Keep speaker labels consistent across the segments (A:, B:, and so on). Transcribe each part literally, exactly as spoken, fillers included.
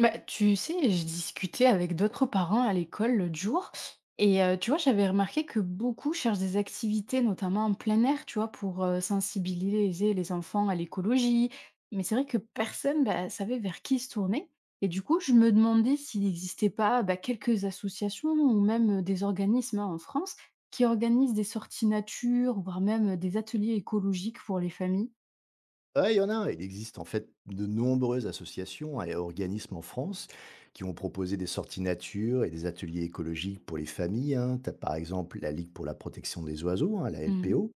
A: Bah, tu sais, je discutais avec d'autres parents à l'école l'autre jour et euh, tu vois, j'avais remarqué que beaucoup cherchent des activités, notamment en plein air, tu vois, pour euh, sensibiliser les enfants à l'écologie. Mais c'est vrai que personne bah, savait vers qui se tourner. Et du coup, je me demandais s'il n'existait pas bah, quelques associations ou même des organismes hein, en France qui organisent des sorties nature, voire même des ateliers écologiques pour les familles.
B: Ouais, il y en a. Il existe en fait de nombreuses associations et organismes en France qui ont proposé des sorties nature et des ateliers écologiques pour les familles, hein. T'as par exemple la Ligue pour la protection des oiseaux, hein, la
A: Mhm.
B: L P O,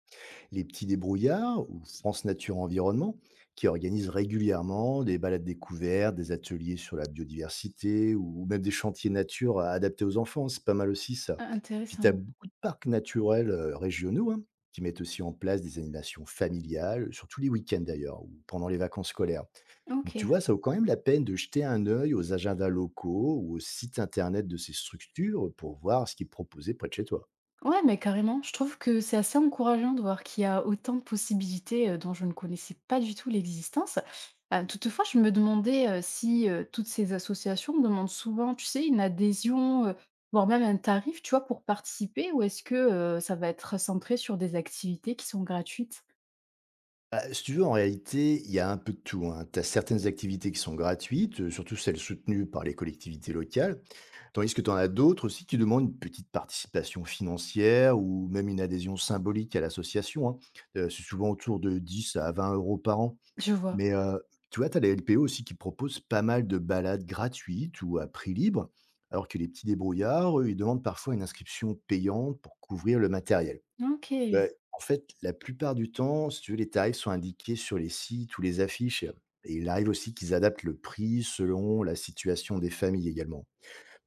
B: les petits débrouillards ou France Nature Environnement, qui organisent régulièrement des balades découvertes, des ateliers sur la biodiversité ou même des chantiers nature à- adaptés aux enfants, c'est pas mal aussi ça.
A: Ah,
B: Puis tu as
A: intéressant.
B: beaucoup de parcs naturels euh, régionaux, hein, qui mettent aussi en place des animations familiales, surtout les week-ends d'ailleurs, ou pendant les vacances scolaires. Donc
A: Ok.
B: tu vois, ça vaut quand même la peine de jeter un œil aux agendas locaux ou aux sites internet de ces structures pour voir ce qui est proposé près de chez toi.
A: Ouais, mais carrément. Je trouve que c'est assez encourageant de voir qu'il y a autant de possibilités euh, dont je ne connaissais pas du tout l'existence. Euh, toutefois, je me demandais euh, si euh, toutes ces associations demandent souvent, tu sais, une adhésion, euh, voire même un tarif, tu vois, pour participer, ou est-ce que euh, ça va être centré sur des activités qui sont gratuites?
B: Bah, si tu veux, en réalité, il y a un peu de tout, hein. Tu as certaines activités qui sont gratuites, heu, surtout celles soutenues par les collectivités locales, tandis que tu en as d'autres aussi qui demandent une petite participation financière ou même une adhésion symbolique à l'association, hein. Heu, c'est souvent autour de dix à vingt euros par an.
A: Je vois.
B: Mais, heu, tu vois, tu as les L P O aussi qui proposent pas mal de balades gratuites ou à prix libre, alors que les petits débrouillards, eux, ils demandent parfois une inscription payante pour couvrir le matériel.
A: Ok.
B: Beh, en fait, la plupart du temps, si tu veux, les tarifs sont indiqués sur les sites ou les affiches. Et il arrive aussi qu'ils adaptent le prix selon la situation des familles également.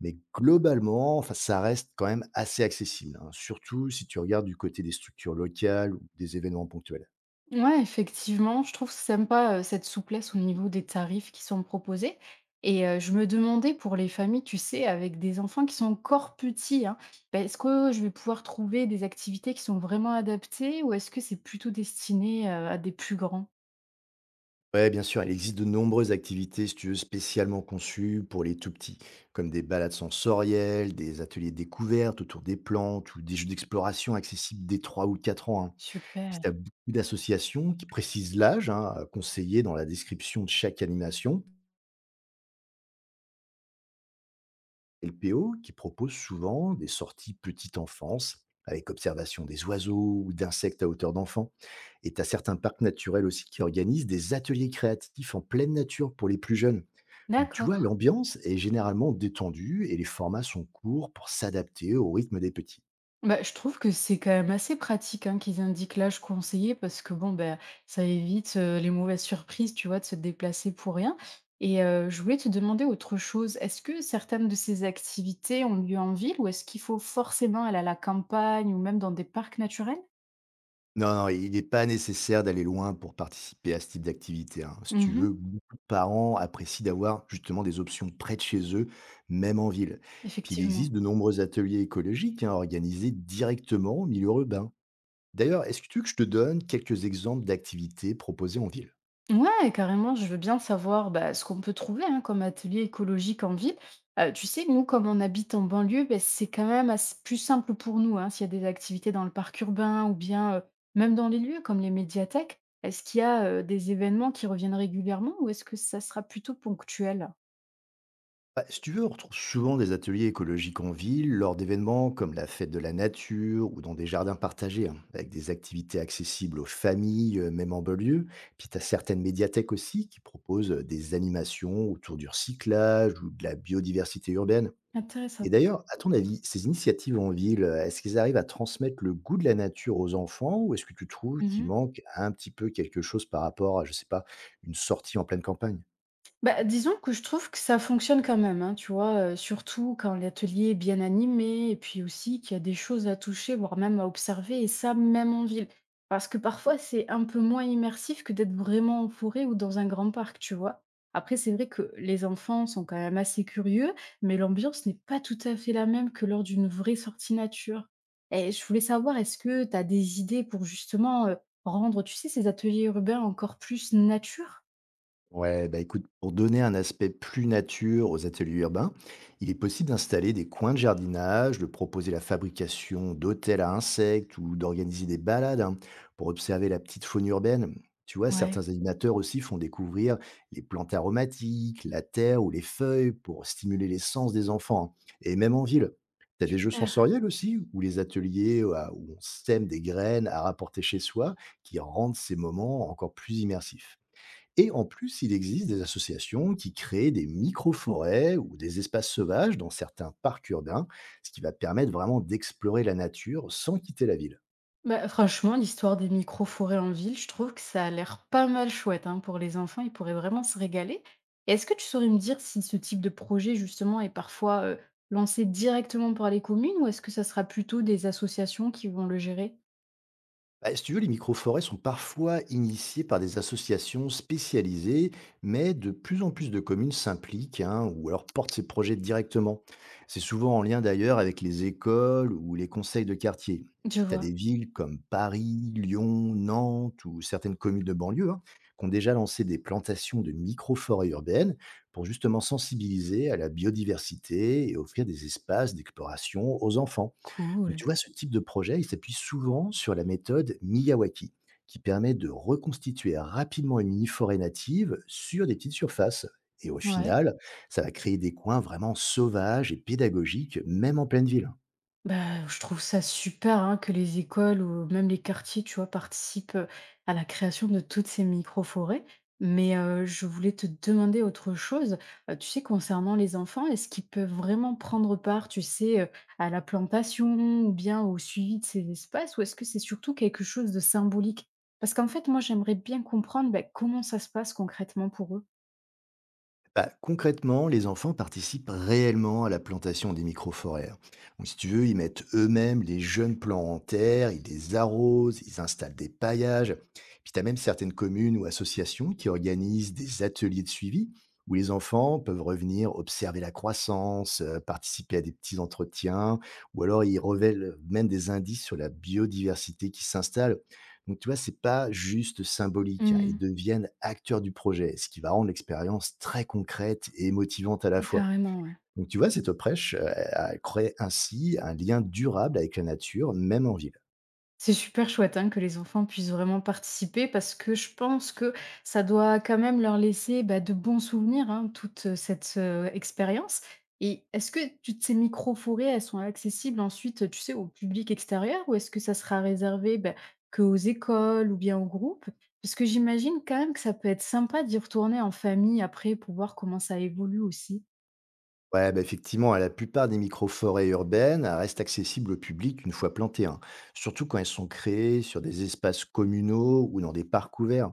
B: Mais globalement, enfin, ça reste quand même assez accessible, hein, surtout si tu regardes du côté des structures locales ou des événements ponctuels.
A: Ouais, effectivement, je trouve sympa, heu, cette souplesse au niveau des tarifs qui sont proposés et heu, je me demandais pour les familles, tu sais, avec des enfants qui sont encore petits, hein, bah, est-ce que je vais pouvoir trouver des activités qui sont vraiment adaptées ou est-ce que c'est plutôt destiné, heu, à des plus grands?
B: Ouais, bien sûr, il existe de nombreuses activités, si tu veux, spécialement conçues pour les tout petits, comme des balades sensorielles, des ateliers de découverte autour des plantes ou des jeux d'exploration accessibles dès trois ou quatre ans, hein. Puis
A: Super,
B: tu as beaucoup d'associations qui précisent l'âge, hein, conseillé dans la description de chaque animation. L P O qui propose souvent des sorties petite enfance avec observation des oiseaux ou d'insectes à hauteur d'enfant. Et tu as certains parcs naturels aussi qui organisent des ateliers créatifs en pleine nature pour les plus jeunes. Donc tu vois,
A: d'accord.
B: l'ambiance est généralement détendue et les formats sont courts pour s'adapter au rythme des petits.
A: Bah, je trouve que c'est quand même assez pratique hein, qu'ils indiquent l'âge conseillé parce que bon, ben, ça évite euh, les mauvaises surprises, tu vois, de se déplacer pour rien. Et euh, je voulais te demander autre chose. Est-ce que certaines de ces activités ont lieu en ville ou est-ce qu'il faut forcément aller à la campagne ou même dans des parcs naturels?
B: Non, non, il n'est pas nécessaire d'aller loin pour participer à ce type d'activité, hein. Si tu
A: Mhm,
B: veux, beaucoup de parents apprécient d'avoir justement des options près de chez eux, même en ville. Puis il
A: effectivement.
B: existe de nombreux ateliers écologiques, hein, organisés directement au milieu urbain. D'ailleurs, est-ce que tu veux que je te donne quelques exemples d'activités proposées en ville?
A: Ouais, carrément, je veux bien savoir bah, ce qu'on peut trouver hein, comme atelier écologique en ville. Euh, tu sais, nous, comme on habite en banlieue, bah, c'est quand même assez- plus simple pour nous hein, s'il y a des activités dans le parc urbain ou bien euh, même dans les lieux comme les médiathèques. Est-ce qu'il y a euh, des événements qui reviennent régulièrement ou est-ce que ça sera plutôt ponctuel?
B: Bah, si tu veux, on retrouve souvent des ateliers écologiques en ville, lors d'événements comme la fête de la nature ou dans des jardins partagés, hein, avec des activités accessibles aux familles, euh, même en banlieue. Puis tu as certaines médiathèques aussi qui proposent euh, des animations autour du recyclage ou de la biodiversité urbaine. Et
A: Intéressant.
B: d'ailleurs, à ton avis, ces initiatives en ville, euh, est-ce qu'ils arrivent à transmettre le goût de la nature aux enfants ou est-ce que tu trouves qu'il manque un petit peu quelque chose par rapport à, je sais pas, une sortie en pleine campagne?
A: Bah, disons que je trouve que ça fonctionne quand même, hein, tu vois? Heu, surtout quand l'atelier est bien animé et puis aussi qu'il y a des choses à toucher, voire même à observer et ça, même en ville. Parce que parfois, c'est un peu moins immersif que d'être vraiment en forêt ou dans un grand parc, tu vois? Après, c'est vrai que les enfants sont quand même assez curieux, mais l'ambiance n'est pas tout à fait la même que lors d'une vraie sortie nature et je voulais savoir, est-ce que tu as des idées pour justement, heu, rendre, tu sais, ces ateliers urbains encore plus nature?
B: Ouais, bah écoute, pour donner un aspect plus nature aux ateliers urbains, il est possible d'installer des coins de jardinage, de proposer la fabrication d'hôtels à insectes ou d'organiser des balades, hein, pour observer la petite faune urbaine. Tu vois,
A: Ouais.
B: certains animateurs aussi font découvrir les plantes aromatiques, la terre ou les feuilles pour stimuler les sens des enfants, hein. Et même en ville, tu as des jeux sensoriels aussi, ou les ateliers euh, où on sème des graines à rapporter chez soi, qui rendent ces moments encore plus immersifs. Et en plus, il existe des associations qui créent des micro-forêts ou des espaces sauvages dans certains parcs urbains, ce qui va permettre vraiment d'explorer la nature sans quitter la ville.
A: Bah, franchement, l'histoire des micro-forêts en ville, je trouve que ça a l'air pas mal chouette hein, pour les enfants, ils pourraient vraiment se régaler. Et est-ce que tu saurais me dire si ce type de projet, justement, est parfois euh, lancé directement par les communes ou est-ce que ça sera plutôt des associations qui vont le gérer?
B: Bah, si tu veux, les microforêts sont parfois initiées par des associations spécialisées, mais de plus en plus de communes s'impliquent, hein, ou alors portent ces projets directement. C'est souvent en lien d'ailleurs avec les écoles ou les conseils de quartier.
A: Je
B: Puis tu as des
A: vois.
B: villes comme Paris, Lyon, Nantes ou certaines communes de banlieue, hein, qui ont déjà lancé des plantations de microforêts urbaines pour justement sensibiliser à la biodiversité et offrir des espaces d'exploration aux enfants. Donc
A: Cool.
B: tu vois, ce type de projet, il s'appuie souvent sur la méthode Miyawaki, qui permet de reconstituer rapidement une mini-forêt native sur des petites surfaces. Et au
A: Ouais.
B: final, ça va créer des coins vraiment sauvages et pédagogiques, même en pleine ville.
A: Bah, je trouve ça super hein, que les écoles ou même les quartiers, tu vois, participent euh, à la création de toutes ces micro-forêts. Mais euh, je voulais te demander autre chose. Euh, tu sais, concernant les enfants, est-ce qu'ils peuvent vraiment prendre part, tu sais, euh, à la plantation ou bien au suivi de ces espaces, ou est-ce que c'est surtout quelque chose de symbolique? Parce qu'en fait, moi, j'aimerais bien comprendre bah, comment ça se passe concrètement pour eux.
B: Bah, concrètement, les enfants participent réellement à la plantation des microforêts, hein. Donc, si tu veux, ils mettent eux-mêmes les jeunes plants en terre, ils les arrosent, ils installent des paillages. Puis, tu as même certaines communes ou associations qui organisent des ateliers de suivi où les enfants peuvent revenir observer la croissance, euh, participer à des petits entretiens, ou alors ils révèlent même des indices sur la biodiversité qui s'installe. Donc tu vois, c'est pas juste symbolique, hein, ils
A: Hmm,
B: deviennent acteurs du projet, ce qui va rendre l'expérience très concrète et motivante à la fois.
A: carrément, ouais.
B: Donc tu vois, cette prêche euh, elle crée ainsi un lien durable avec la nature, même en ville.
A: C'est super chouette, hein, que les enfants puissent vraiment participer parce que je pense que ça doit quand même leur laisser, bah, de bons souvenirs, hein, toute, heu, cette, heu, expérience et est-ce que toutes ces micro-forêts, elles sont accessibles ensuite, tu sais, au public extérieur ou est-ce que ça sera réservé, bah, que aux écoles ou bien aux groupes? Parce que j'imagine quand même que ça peut être sympa d'y retourner en famille après pour voir comment ça évolue aussi.
B: Ouais, bah effectivement, hein, la plupart des micro-forêts urbaines euh, restent accessibles au public une fois plantées, hein, surtout quand elles sont créées sur des espaces communaux ou dans des parcs ouverts.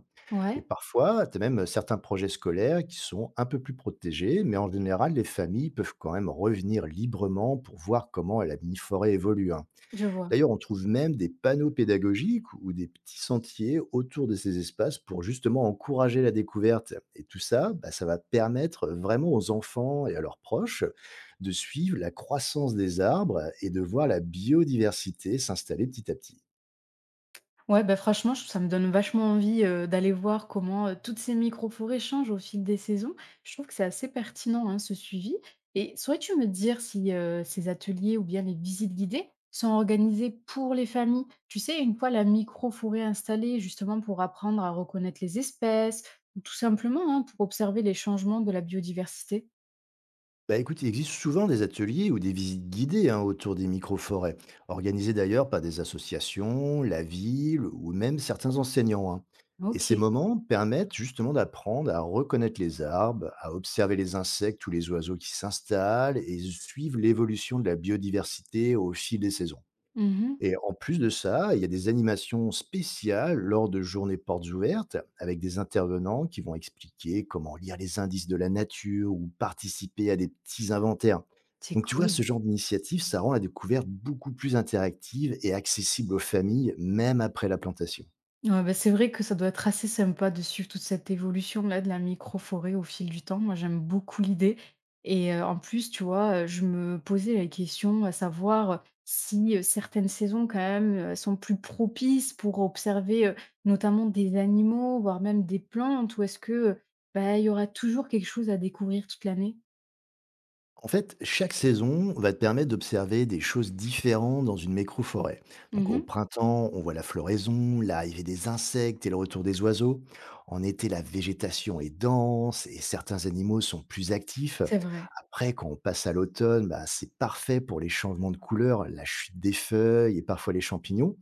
B: Et
A: Ouais,
B: parfois, tu as même certains projets scolaires qui sont un peu plus protégés, mais en général, les familles peuvent quand même revenir librement pour voir comment la mini-forêt évolue, hein.
A: je vois.
B: D'ailleurs, on trouve même des panneaux pédagogiques ou des petits sentiers autour de ces espaces pour justement encourager la découverte. Et tout ça, bah, ça va permettre vraiment aux enfants et à leurs proches de suivre la croissance des arbres et de voir la biodiversité s'installer petit à petit.
A: Ouais, bah, franchement, je ça me donne vachement envie, heu, d'aller voir comment, heu, toutes ces microforêts changent au fil des saisons. Je trouve que c'est assez pertinent, hein, ce suivi et saurais-tu me dire si, heu, ces ateliers ou bien les visites guidées sont organisées pour les familles? Tu sais, une fois la microforêt installée, justement pour apprendre à reconnaître les espèces ou tout simplement, hein, pour observer les changements de la biodiversité?
B: Bah écoute, il existe souvent des ateliers ou des visites guidées, hein, autour des micro-forêts, organisées d'ailleurs par des associations, la ville ou même certains enseignants, hein. Et ces
A: OK.
B: moments permettent justement d'apprendre à reconnaître les arbres, à observer les insectes ou les oiseaux qui s'installent et suivre l'évolution de la biodiversité au fil des saisons.
A: Mmh.
B: Et en plus de ça, il y a des animations spéciales lors de journées portes ouvertes, avec des intervenants qui vont expliquer comment lire les indices de la nature ou participer à des petits inventaires.
A: C'est
B: Donc tu vois,
A: cool.
B: ce genre d'initiative, ça rend la découverte beaucoup plus interactive et accessible aux familles, même après la plantation.
A: Ouais, bah, c'est vrai que ça doit être assez sympa de suivre toute cette évolution-là de la microforêt au fil du temps. Moi, j'aime beaucoup l'idée. Et euh, en plus, tu vois, euh, je me posais la question à savoir si euh, certaines saisons, quand même, euh, sont plus propices pour observer euh, notamment des animaux, voire même des plantes, ou est-ce que euh, bah, il y aura toujours quelque chose à découvrir toute l'année?
B: En fait, chaque saison va te permettre d'observer des choses différentes dans une microforêt. Donc au
A: Mhm.
B: printemps, on voit la floraison, l'arrivée des insectes et le retour des oiseaux. En été, la végétation est dense et certains animaux sont plus actifs.
A: C'est vrai.
B: Après, quand on passe à l'automne, bah, c'est parfait pour les changements de couleur, la chute des feuilles et parfois les champignons.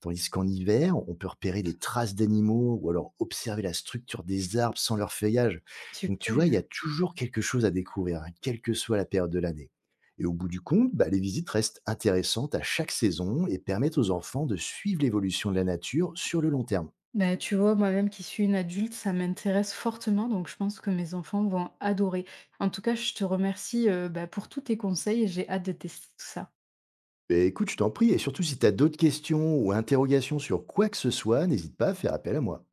B: Tandis qu'en hiver, on peut repérer des traces d'animaux ou alors observer la structure des arbres sans leur feuillage. Donc tu vois, il
A: Super.
B: y a toujours quelque chose à découvrir, hein, quelle que soit la période de l'année. Et au bout du compte, bah, les visites restent intéressantes à chaque saison et permettent aux enfants de suivre l'évolution de la nature sur le long terme.
A: Bah, tu vois, moi-même qui suis une adulte, ça m'intéresse fortement, donc je pense que mes enfants vont adorer. En tout cas, je te remercie, heu, bah, pour tous tes conseils et j'ai hâte de tester tout ça.
B: Et écoute, je t'en prie, et surtout si tu as d'autres questions ou interrogations sur quoi que ce soit, n'hésite pas à faire appel à moi.